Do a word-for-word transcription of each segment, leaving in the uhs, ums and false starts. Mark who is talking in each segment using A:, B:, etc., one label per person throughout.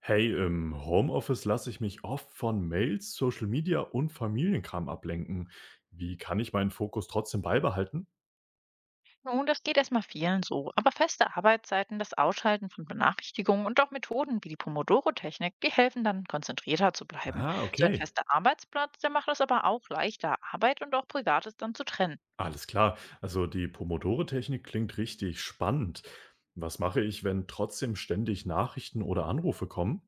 A: Hey, im Homeoffice lasse ich mich oft von Mails, Social Media und Familienkram ablenken. Wie kann ich meinen Fokus trotzdem beibehalten?
B: Nun, das geht erstmal vielen so, aber feste Arbeitszeiten, das Ausschalten von Benachrichtigungen und auch Methoden wie die Pomodoro-Technik, die helfen dann, konzentrierter zu bleiben.
A: Ah,
B: So ein
A: okay.
B: fester Arbeitsplatz, der macht es aber auch leichter, Arbeit und auch Privates dann zu trennen.
A: Alles klar. Also die Pomodore-Technik klingt richtig spannend. Was mache ich, wenn trotzdem ständig Nachrichten oder Anrufe kommen?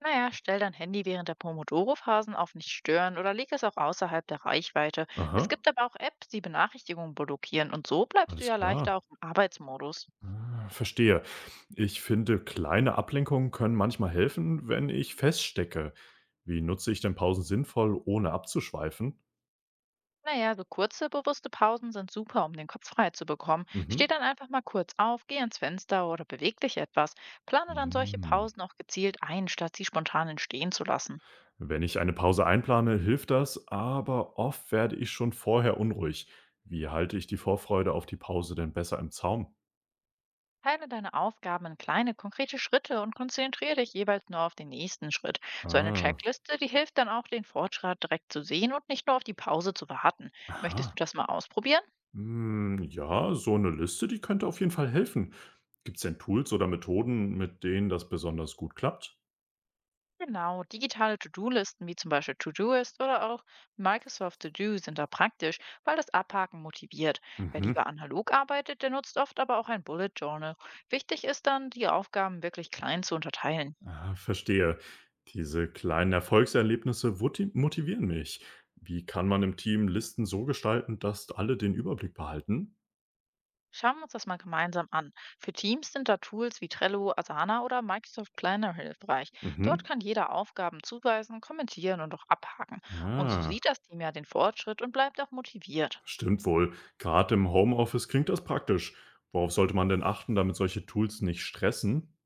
B: Naja, stell dein Handy während der Pomodoro-Phasen auf nicht stören oder leg es auch außerhalb der Reichweite. Es
A: Aha,
B: gibt aber auch Apps, die Benachrichtigungen blockieren und so bleibst du
A: alles
B: ja
A: klar.
B: leichter auch im Arbeitsmodus.
A: Ah, Verstehe. Ich finde, kleine Ablenkungen können manchmal helfen, wenn ich feststecke. Wie nutze ich denn Pausen sinnvoll, ohne abzuschweifen?
B: Naja, so kurze, bewusste Pausen sind super, um den Kopf frei zu bekommen. Steh
A: Mhm.
B: dann einfach mal kurz auf, geh ans Fenster oder beweg dich etwas. Plane dann solche
A: Mm.
B: Pausen auch gezielt ein, statt sie spontan entstehen zu lassen.
A: Wenn ich eine Pause einplane, hilft das, aber oft werde ich schon vorher unruhig. Wie halte ich die Vorfreude auf die Pause denn besser im Zaum?
B: Teile deine Aufgaben in kleine, konkrete Schritte und konzentriere dich jeweils nur auf den nächsten Schritt. So eine
A: Ah,
B: Checkliste, die hilft dann auch, den Fortschritt direkt zu sehen und nicht nur auf die Pause zu warten. Möchtest du
A: aha.
B: das mal ausprobieren?
A: Hm, ja, so eine Liste, die könnte auf jeden Fall helfen. Gibt es denn Tools oder Methoden, mit denen das besonders gut klappt?
B: Genau, digitale To-Do-Listen wie zum Beispiel Todoist oder auch Microsoft To-Do sind da praktisch, weil das Abhaken motiviert. Wer
A: Mhm.
B: lieber analog arbeitet, der nutzt oft aber auch ein Bullet Journal. Wichtig ist dann, die Aufgaben wirklich klein zu unterteilen.
A: Ah, verstehe. Diese kleinen Erfolgserlebnisse wuti- motivieren mich. Wie kann man im Team Listen so gestalten, dass alle den Überblick behalten?
B: Schauen wir uns das mal gemeinsam an. Für Teams sind da Tools wie Trello, Asana oder Microsoft Planner hilfreich. Dort
A: Mhm.
B: kann jeder Aufgaben zuweisen, kommentieren und auch abhaken. Und so
A: Ja.
B: sieht das Team ja den Fortschritt und bleibt auch motiviert.
A: Stimmt wohl. Gerade im Homeoffice klingt das praktisch. Worauf sollte man denn achten, damit solche Tools nicht stressen?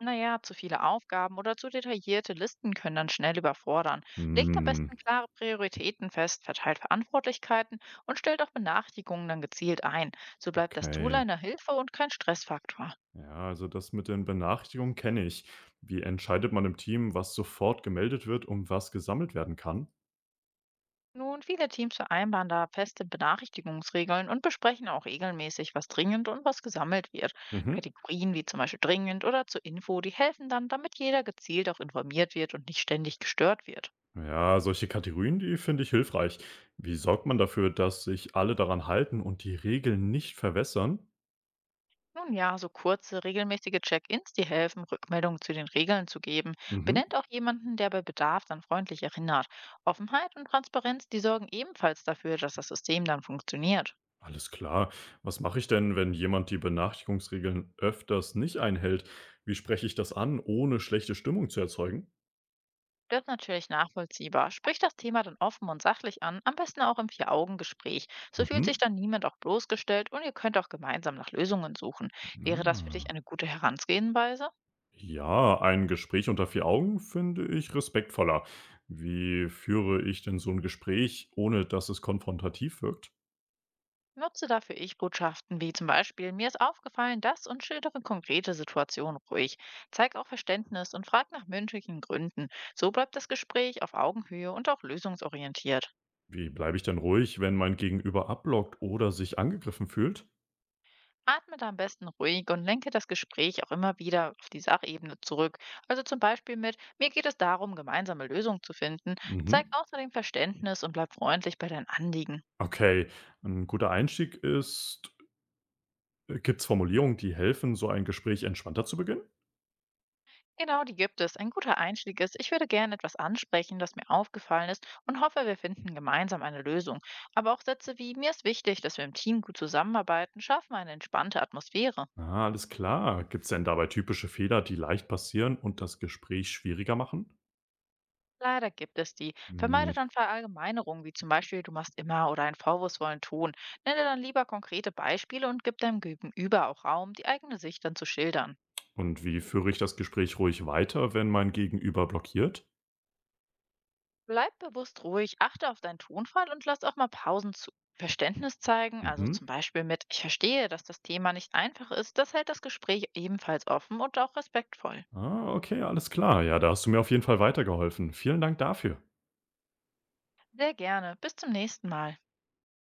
B: Naja, zu viele Aufgaben oder zu detaillierte Listen können dann schnell überfordern. Legt am
A: Hm,
B: besten klare Prioritäten fest, verteilt Verantwortlichkeiten und stellt auch Benachrichtigungen dann gezielt ein. So bleibt das Tool
A: okay.
B: eine Hilfe und kein Stressfaktor.
A: Ja, also das mit den Benachrichtigungen kenne ich. Wie entscheidet man im Team, was sofort gemeldet wird und was gesammelt werden kann?
B: Nun, viele Teams vereinbaren da feste Benachrichtigungsregeln und besprechen auch regelmäßig, was dringend und was gesammelt wird.
A: Mhm.
B: Kategorien wie zum Beispiel dringend oder zur Info, die helfen dann, damit jeder gezielt auch informiert wird und nicht ständig gestört wird.
A: Ja, solche Kategorien, die finde ich hilfreich. Wie sorgt man dafür, dass sich alle daran halten und die Regeln nicht verwässern?
B: Nun ja, so kurze, regelmäßige Check-ins, die helfen, Rückmeldungen zu den Regeln zu geben.
A: Mhm.
B: Benennt auch jemanden, der bei Bedarf dann freundlich erinnert. Offenheit und Transparenz, die sorgen ebenfalls dafür, dass das System dann funktioniert.
A: Alles klar. Was mache ich denn, wenn jemand die Benachrichtigungsregeln öfters nicht einhält? Wie spreche ich das an, ohne schlechte Stimmung zu erzeugen?
B: Bleibt natürlich nachvollziehbar. Spricht das Thema dann offen und sachlich an, am besten auch im Vier-Augen-Gespräch. So fühlt sich
A: Mhm.
B: dann niemand auch bloßgestellt und ihr könnt auch gemeinsam nach Lösungen suchen. Wäre das für dich
A: Ah.
B: eine gute Herangehensweise?
A: Ja, ein Gespräch unter vier Augen finde ich respektvoller. Wie führe ich denn so ein Gespräch, ohne dass es konfrontativ wirkt?
B: Nutze dafür Ich-Botschaften wie zum Beispiel, mir ist aufgefallen, das und schildere konkrete Situationen ruhig. Zeig auch Verständnis und frag nach mündlichen Gründen. So bleibt das Gespräch auf Augenhöhe und auch lösungsorientiert.
A: Wie bleibe ich denn ruhig, wenn mein Gegenüber abblockt oder sich angegriffen fühlt?
B: Atme da am besten ruhig und lenke das Gespräch auch immer wieder auf die Sachebene zurück. Also zum Beispiel mit, mir geht es darum, gemeinsame Lösungen zu finden. Zeig
A: Mhm.
B: außerdem Verständnis und bleib freundlich bei deinen Anliegen.
A: Okay, ein guter Einstieg ist, gibt es Formulierungen, die helfen, so ein Gespräch entspannter zu beginnen?
B: Genau, die gibt es. Ein guter Einstieg ist, ich würde gerne etwas ansprechen, das mir aufgefallen ist und hoffe, wir finden gemeinsam eine Lösung. Aber auch Sätze wie, mir ist wichtig, dass wir im Team gut zusammenarbeiten, schaffen eine entspannte Atmosphäre.
A: Ah, alles klar. Gibt es denn dabei typische Fehler, die leicht passieren und das Gespräch schwieriger machen?
B: Leider gibt es die.
A: Hm,
B: Vermeide dann Verallgemeinerungen, wie zum Beispiel, du machst immer oder einen vorwurfsvollen Ton. Nenne dann lieber konkrete Beispiele und gib deinem Gegenüber auch Raum, die eigene Sicht dann zu schildern.
A: Und wie führe ich das Gespräch ruhig weiter, wenn mein Gegenüber blockiert?
B: Bleib bewusst ruhig, achte auf deinen Tonfall und lass auch mal Pausen zu. Verständnis zeigen, also
A: Mhm.
B: zum Beispiel mit Ich verstehe, dass das Thema nicht einfach ist, das hält das Gespräch ebenfalls offen und auch respektvoll.
A: Ah, okay, alles klar. Ja, da hast du mir auf jeden Fall weitergeholfen. Vielen Dank dafür.
B: Sehr gerne, bis zum nächsten Mal.